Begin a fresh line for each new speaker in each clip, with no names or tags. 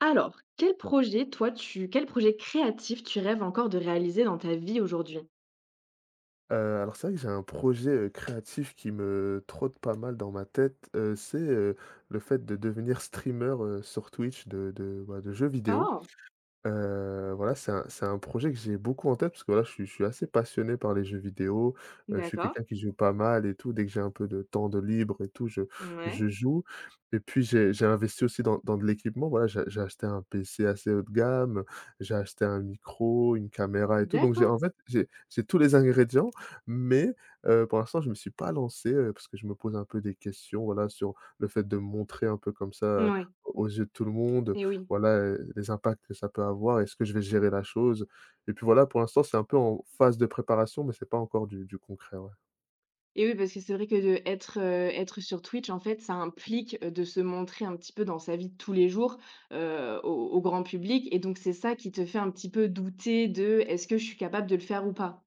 Alors, quel projet, toi, tu quel projet créatif tu rêves encore de réaliser dans ta vie aujourd'hui?
Heu, alors c'est vrai que j'ai un projet, créatif qui me trotte pas mal dans ma tête, c'est, le fait de devenir streamer, sur Twitch de, bah, de jeux vidéo.
Oh!
Voilà, c'est un projet que j'ai beaucoup en tête parce que voilà, je suis assez passionné par les jeux vidéo. Je suis
D'accord.
quelqu'un qui joue pas mal et tout. Dès que j'ai un peu de temps de libre et tout, je
Ouais.
je joue. Et puis j'ai investi aussi dans de l'équipement. Voilà, j'ai acheté un PC assez haut de gamme, j'ai acheté un micro, une caméra et tout. Donc j'ai
D'accord.
en fait, j'ai tous les ingrédients, mais pour l'instant, je me suis pas lancé, parce que je me pose un peu des questions, voilà, sur le fait de montrer un peu comme ça,
Ouais.
aux yeux de tout le monde,
Et oui.
voilà, les impacts que ça peut avoir. Est-ce que je vais gérer la chose? Et puis voilà, pour l'instant, c'est un peu en phase de préparation, mais c'est pas encore du concret, ouais.
Et oui, parce que c'est vrai que de être, être sur Twitch, en fait, ça implique, de se montrer un petit peu dans sa vie de tous les jours, au grand public et donc c'est ça qui te fait un petit peu douter de: «Est-ce que je suis capable de le faire ou pas?»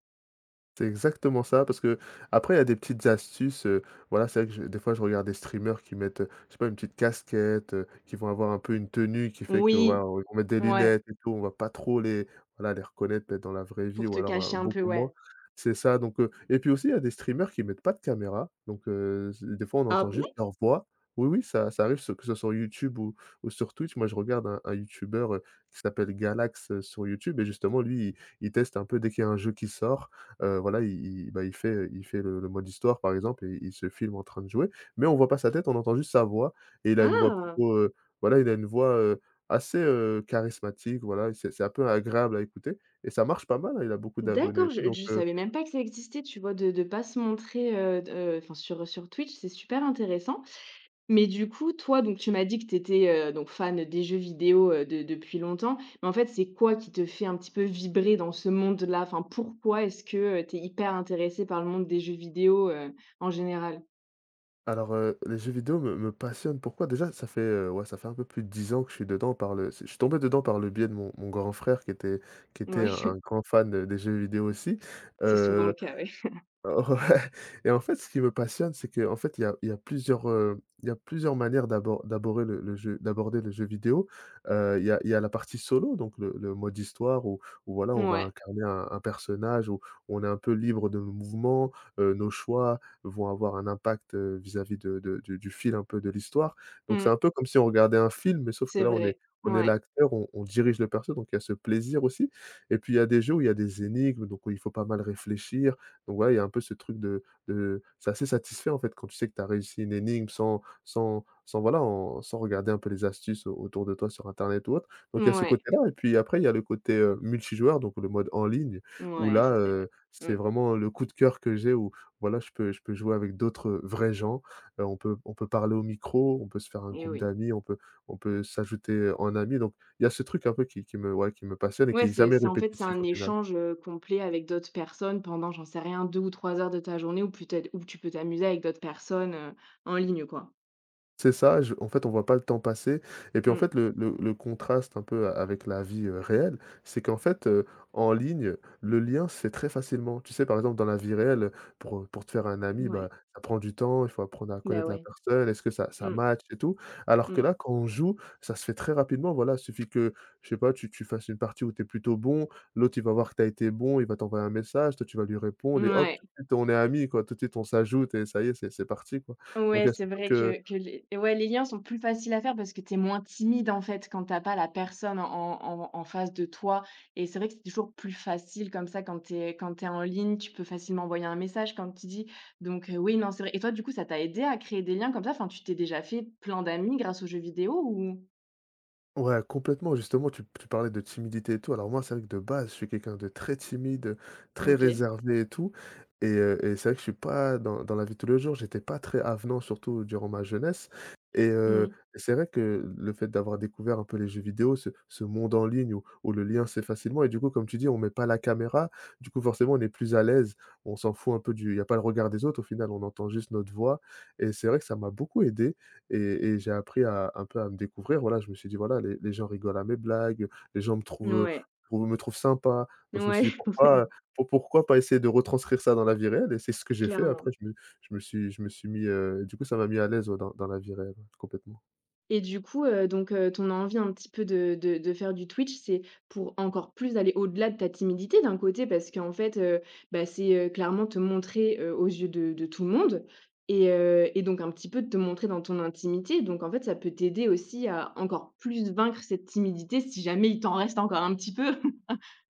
C'est exactement ça, parce que après il y a des petites astuces, voilà, c'est vrai que je des fois, je regarde des streamers qui mettent, je sais pas, une petite casquette, qui vont avoir un peu une tenue qui fait que, voilà,
Oui,
on ils vont des
ouais,
lunettes et tout, on va pas trop les voilà, les reconnaître peut-être dans la vraie vie,
pour
ou
te
alors,
cacher un peu,
beaucoup moins.
ouais.
C'est ça. Donc et puis aussi, il y a des streamers qui mettent pas de caméra, donc z des fois, on
Ah
entend juste
bon?
leur voix. Oui, oui, ça arrive, ce que ce soit sur YouTube ou sur Twitch. Moi, je regarde un youtubeur, qui s'appelle Galax, sur YouTube. Et justement, lui, il teste un peu dès qu'il y a un jeu qui sort. Voilà, il bah, il fait le mode histoire, par exemple, et il se filme en train de jouer, mais on voit pas sa tête, on entend juste sa voix. Et il a une voix
Ah!
plutôt, voilà, il a une voix, assez, charismatique, voilà. Et c'est un peu agréable à écouter, et ça marche pas mal, hein, il a beaucoup d'abonnés et
D'accord,
tout, donc,
je savais même pas que ça existait, tu vois? De pas se montrer, d enfin sur, sur Twitch, c'est super intéressant. Mais du coup, toi, donc tu m'as dit que tu étais, donc fan des jeux vidéo, de depuis longtemps. Mais en fait, c'est quoi qui te fait un petit peu vibrer dans ce monde-là? Enfin, pourquoi est-ce que, tu es hyper intéressé par le monde des jeux vidéo, en général?
alors, les jeux vidéo me passionnent. Pourquoi? Déjà, ouais, ça fait un peu plus de 10 ans que je suis dedans. Par le c'est Je suis tombé dedans par le biais de mon grand frère, qui était un
Oui,
un grand fan, des jeux vidéo aussi,
c'est souvent
heu
le cas, oui.
et en fait, ce qui me passionne, c'est que en fait, il y a plusieurs, il y a plusieurs manières d'aborder le jeu vidéo. Il y a la partie solo, donc le mode histoire où voilà, on va
Ouais.
incarner un personnage, où on est un peu libre de nos mouvements. Nos choix vont avoir un impact, vis-à-vis de du fil un peu de l'histoire.
Ouais,
Donc c'est
mmh,
un peu comme si on regardait un film, mais sauf que
c'est
là, on est
vrai.
on est
Ouais,
l'acteur, on dirige le perso, donc il y a ce plaisir aussi. Et puis il y a des jeux où il y a des énigmes, donc où il faut pas mal réfléchir. Donc ouais, il y a un peu ce truc de c'est assez satisfait, en fait, quand tu sais que tu as réussi une énigme sans sans sans voilà, en sans regarder un peu les astuces au autour de toi sur internet ou autre. Donc il y a ce
ouais,
côté-là, et puis après, il y a le côté, multijoueur, donc le mode en ligne où
ouais, ça
là,
c'est vrai. Mmh,
c'est vraiment le coup de cœur que j'ai où voilà, je peux jouer avec d'autres, vrais gens. On peut parler au micro, on peut se faire un
eh
groupe
oui.
d'amis, on peut s'ajouter, en amis. Donc il y a ce truc un peu qui me passionne et qui
Ouais,
est
c'est
jamais
c'est en fait, c'est
répétitif
un
au final.
échange, complet avec d'autres personnes pendant, j'en sais rien, 2 ou 3 heures de ta journée ou peut-être où tu peux t'amuser avec d'autres personnes, en ligne, quoi.
C'est ça. Je En fait, on voit pas le temps passer, et puis, en
Mmh,
fait, le contraste un peu a avec la vie, réelle, c'est qu'en fait, en ligne, le lien se fait très facilement. Tu sais, par exemple, dans la vie réelle, pour te faire un ami, bah,
ouais,
ça prend du temps, il faut apprendre à
bah,
connaître la
ouais.
personne, est-ce que ça
Mmh,
match et tout? Alors que
mmh,
là, quand on joue, ça se fait très rapidement, voilà, il suffit que, je sais pas, tu fasses une partie où tu es plutôt bon, l'autre, il va voir que tu as été bon, il va t'envoyer un message, toi, tu vas lui répondre, et hop,
mouais.
tout de suite, on est amis, quoi, tout de suite, on s'ajoute et ça y est, c'est parti, quoi. Donc il
Ouais,
y a ce
c'est
truc,
vrai que les liens sont plus faciles à faire parce que tu es moins timide, en fait, quand t'as pas la personne en face de toi et c'est vrai que c'est toujours plus facile comme ça quand tu es quand tu en ligne, tu peux facilement envoyer un message quand tu dis donc oui, non, c'est vrai et toi, du coup, ça t'a aidé à créer des liens comme ça? Enfin, tu t'es déjà fait plein d'amis grâce aux jeux vidéo ou?
ouais, complètement. Justement, tu parlais de timidité et tout. Alors moi, c'est vrai que de base, je suis quelqu'un de très timide, très
OK.
réservé et tout. Et c'est vrai que je suis pas dans la vie de tous les jours, j'étais pas très avenant, surtout durant ma jeunesse. Et
Mmh.
c'est vrai que le fait d'avoir découvert un peu les jeux vidéo, ce monde en ligne où le lien c'est facilement, et du coup, comme tu dis, on met pas la caméra, du coup, forcément, on est plus à l'aise. On s'en fout un peu du il y a pas le regard des autres, au final, on entend juste notre voix, et c'est vrai que ça m'a beaucoup aidé. Et j'ai appris à un peu à me découvrir. Voilà, je me suis dit: «Voilà, les gens rigolent à mes blagues, les gens me trouvent,
Ouais.
trouvent me trouvent sympa». Donc je me
Ouais,
suis dit: Pourquoi pas essayer de retranscrire ça dans la vie réelle?» Et c'est ce que j'ai fait.
clairement.
Après je me suis mis, du coup ça m'a mis à l'aise, ouais, dans la vie réelle, ouais, complètement.
Et du coup, ton envie un petit peu de faire du Twitch, c'est pour encore plus aller au-delà de ta timidité d'un côté parce qu'en fait, bah, c'est, clairement te montrer, aux yeux de tout le monde et donc un petit peu de te montrer dans ton intimité. Donc en fait, ça peut t'aider aussi à encore plus vaincre cette timidité si jamais il t'en reste encore un petit peu.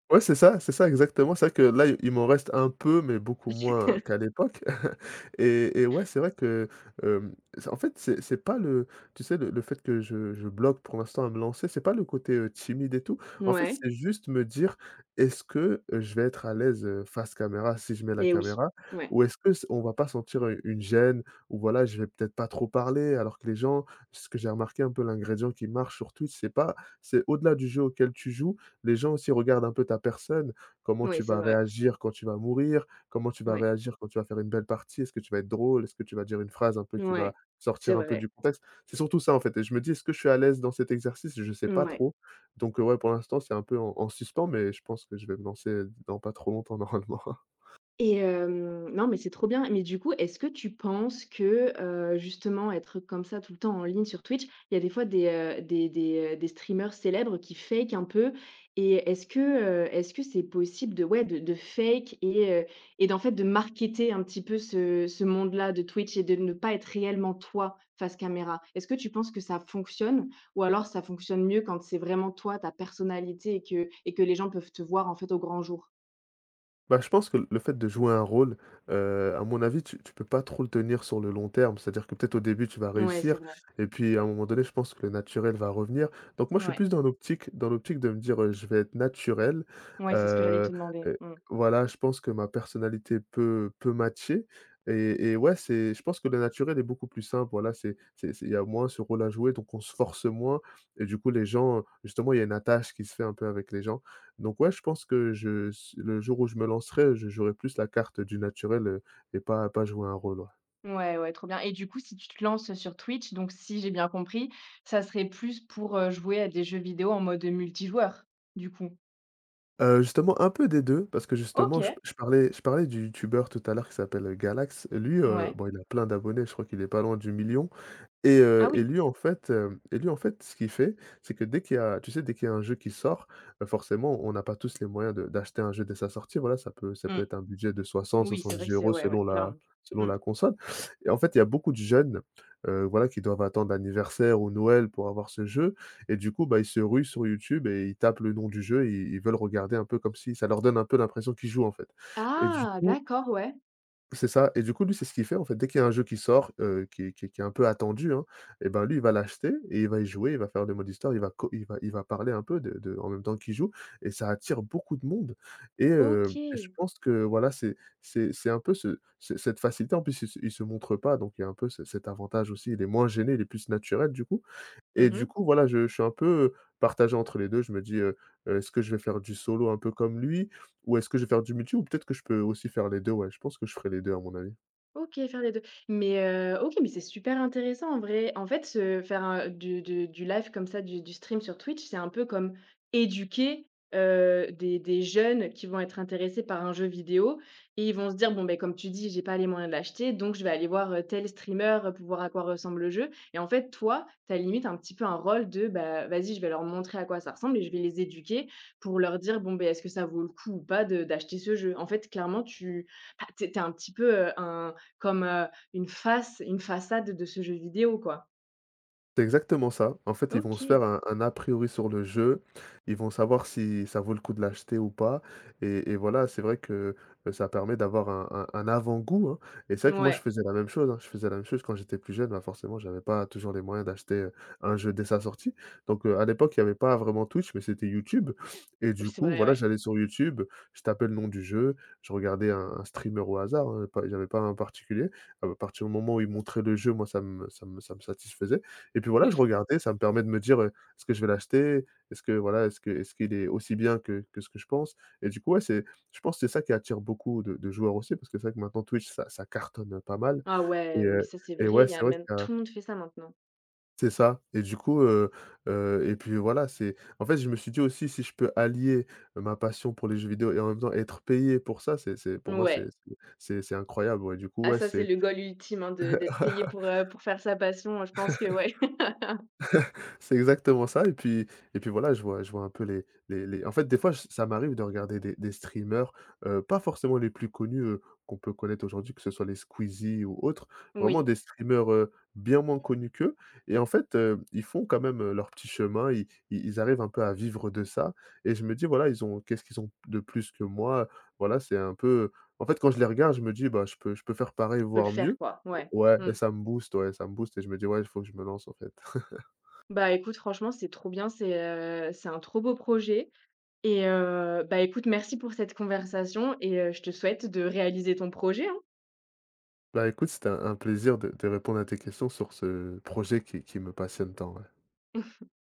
Ouais, c'est ça exactement. C'est vrai que là, il m'en reste un peu, mais beaucoup moins qu'à l'époque. Et ouais, c'est vrai que, hem, c'est en fait, c'est pas le tu sais, le fait que je bloque pour l'instant à me lancer, c'est pas le côté, timide et tout. En fait,
Ouais,
c'est juste me dire: «Est-ce que, je vais être à l'aise, face caméra si je mets la
mais oui.
caméra?
Ouais,
Ou est-ce que c on va pas sentir, une gêne? Ou voilà, je vais peut-être pas trop parler?» alors que les gens Ce que j'ai remarqué, un peu l'ingrédient qui marche sur Twitch, c'est pas c'est au-delà du jeu auquel tu joues, les gens aussi regardent un peu ta personne, comment
ouais,
tu
c'est
vas
vrai.
réagir quand tu vas mourir, comment tu vas
Ouais,
réagir quand tu vas faire une belle partie, est-ce que tu vas être drôle, est-ce que tu vas dire une phrase un peu qui va
ouais, c'est
sortir un peu
vrai.
du contexte? C'est surtout ça, en fait, et je me dis: «Est-ce que je suis à l'aise dans cet exercice?» Je sais pas
Ouais.
trop. Donc, ouais, pour l'instant, c'est un peu en suspens, mais je pense que je vais me lancer dans pas trop longtemps normalement.
Et hem, non, mais c'est trop bien. Mais du coup, est-ce que tu penses que, justement, être comme ça tout le temps en ligne sur Twitch, il y a des fois des streamers célèbres qui fake un peu et est-ce que c'est possible de ouais, de fake et d'en fait, de marketer un petit peu ce monde-là de Twitch et de ne pas être réellement toi face caméra? Est-ce que tu penses que ça fonctionne ou alors ça fonctionne mieux quand c'est vraiment toi, ta personnalité et que les gens peuvent te voir, en fait, au grand jour?
Bah, je pense que le fait de jouer un rôle, à mon avis, tu peux pas trop le tenir sur le long terme. C'est-à-dire que peut-être au début, tu vas
Ouais, c'est
réussir,
vrai.
et puis à un moment donné, je pense que le naturel va revenir. Donc moi, je suis
Ouais.
plus dans l'optique de me dire: «Je vais être naturel».
Ouais, c'est ce que j'allais
Heu,
te demander.
heu,
Mmh.
voilà, je pense que ma personnalité peut matcher. Et ouais, c'est je pense que le naturel est beaucoup plus simple. Voilà, c'est il y a moins ce rôle à jouer, donc on se force moins. Et du coup, les gens, justement, il y a une attache qui se fait un peu avec les gens. Donc ouais, je pense que je le jour où je me lancerai, je jouerai plus la carte du naturel, et pas jouer un rôle, ouais.
Ouais, ouais, trop bien et du coup, si tu te lances sur Twitch, donc si j'ai bien compris, ça serait plus pour, jouer à des jeux vidéo en mode multijoueur, du coup?
Justement, un peu des deux, parce que justement
OK,
je parlais du youtubeur tout à l'heure qui s'appelle, Galax. Lui,
ouais.
bon, il a plein d'abonnés, je crois qu'il est pas loin du million.
Ah oui.
Et lui en fait, ce qu'il fait, c'est que dès qu'il y a un jeu qui sort. Forcément, on n'a pas tous les moyens de d'acheter un jeu dès sa sortie. Voilà, ça peut
Mmh.
être un budget de 60
Oui, c'est vrai
soixante-dix
que c'est
euros
ouais, ouais,
selon la
clairement. Mmh.
console. Et en fait, il y a beaucoup de jeunes, voilà, qui doivent attendre l'anniversaire ou Noël pour avoir ce jeu. Et du coup, bah, ils se ruent sur YouTube et ils tapent le nom du jeu et ils veulent regarder un peu, comme si ça leur donne un peu l'impression qu'ils jouent, en fait. Et du
Ah!
coup,
D'accord, ouais.
c'est ça. Lui, c'est ce qu'il fait, en fait. Dès qu'il y a un jeu qui sort, qui est un peu attendu, hein, et ben, lui, il va l'acheter et il va y jouer. Il va faire le mode histoire, il va co il va parler un peu de en même temps qu'il joue, et ça attire beaucoup de monde. Et et je
OK.
pense que, voilà, c'est un peu ce ce cette facilité. En plus, il se montre pas, donc il y a un peu ce cet avantage aussi. Il est moins gêné, il est plus naturel, du coup. Et du
Mmh.
coup, voilà, je suis un peu partagé entre les 2. Je me dis: «Est-ce que je vais faire du solo un peu comme lui? Ou est-ce que je vais faire du multi? Ou peut-être que je peux aussi faire les 2. Ouais, je pense que je ferai les 2, à mon avis.»
OK, faire les 2. Mais, OK, mais c'est super intéressant en vrai. En fait, faire un du live comme ça, du stream sur Twitch, c'est un peu comme éduquer, des jeunes qui vont être intéressés par un jeu vidéo et ils vont se dire: «Bon, ben comme tu dis, j'ai pas les moyens de l'acheter, donc je vais aller voir, tel streamer, pour voir à quoi ressemble le jeu» et en fait, toi, tu as limite un petit peu un rôle de, bah, vas-y, je vais leur montrer à quoi ça ressemble et je vais les éduquer pour leur dire: «Bon, ben est-ce que ça vaut le coup ou pas de d'acheter ce jeu?» en fait, clairement, tu bah, tu es un petit peu, comme, heu, une face une façade de ce jeu vidéo, quoi.
C'est exactement ça. En fait, ils vont se faire
OK.
un a priori sur le jeu. Ils vont savoir si ça vaut le coup de l'acheter ou pas, et voilà. C'est vrai que, ça permet d'avoir un avant-goût, hein. Et c'est vrai que moi, je
Ouais,
faisais la même chose, hein. Je faisais la même chose quand j'étais plus jeune. Bah, forcément, j'avais pas toujours les moyens d'acheter, un jeu dès sa sortie. Donc à l'époque, il y avait pas vraiment Twitch, mais c'était YouTube. Et du
c'est
coup,
vrai,
voilà,
ouais.
j'allais sur YouTube, je tapais le nom du jeu, je regardais un streamer au hasard, hein, pas… j'avais pas un particulier. À partir du moment où il montrait le jeu, moi, ça me satisfaisait. Et puis voilà, je regardais, ça me permet de me dire, «Est-ce que je vais l'acheter? Est-ce que voilà, est-ce qu'il est aussi bien que ce que je pense?» Et du coup, ouais, c'est… je pense c'est ça qui attire beaucoup de joueurs aussi, parce que c'est vrai que maintenant Twitch, ça cartonne, pas mal.
Ah ouais,
Et
non mais ça, c'est vrai,
ouais,
il y a
c'est vrai qu'il
même
y a…
tout le monde fait ça maintenant.
c'est ça et du coup, et puis voilà. c'est En fait, je me suis dit aussi, si je peux allier ma passion pour les jeux vidéo et en même temps être payé pour ça, c'est… c'est pour moi, c'est
Ouais.
c'est c'est c'est incroyable, ouais. Du coup,
Ah
ouais,
ça, c'est
c'est…
le goal ultime, hein, de d'être payé pour faire sa passion, hein, je pense que ouais.
C'est exactement ça. Et puis voilà, je vois un peu les en fait, des fois, ç ça m'arrive de regarder des streamers, pas forcément les plus connus, qu'on peut connaître aujourd'hui, que ce soit les Squeezie ou autres, vraiment
Oui,
des streamers, bien moins connus qu'eux. Et en fait, ils font quand même, leur petit chemin, ils arrivent un peu à vivre de ça. Et je me dis: «Voilà, ils ont qu'est-ce qu'ils ont de plus que moi?» Voilà, c'est un peu… en fait, quand je les regarde, je me dis: «Bah, je peux faire pareil,
je peux le
voire mieux.»
faire, quoi,
Et
ouais.
ouais,
Mmh.
et ça me booste, ouais, ça me booste, et je me dis: «Ouais, il faut que je me lance, en fait.»
Bah, écoute, franchement, c'est trop bien, c'est un trop beau projet et bah, écoute, merci pour cette conversation et je te souhaite de réaliser ton projet, hein.
Bah, écoute, c'était un plaisir de répondre à tes questions sur ce projet qui me passionne tant, ouais.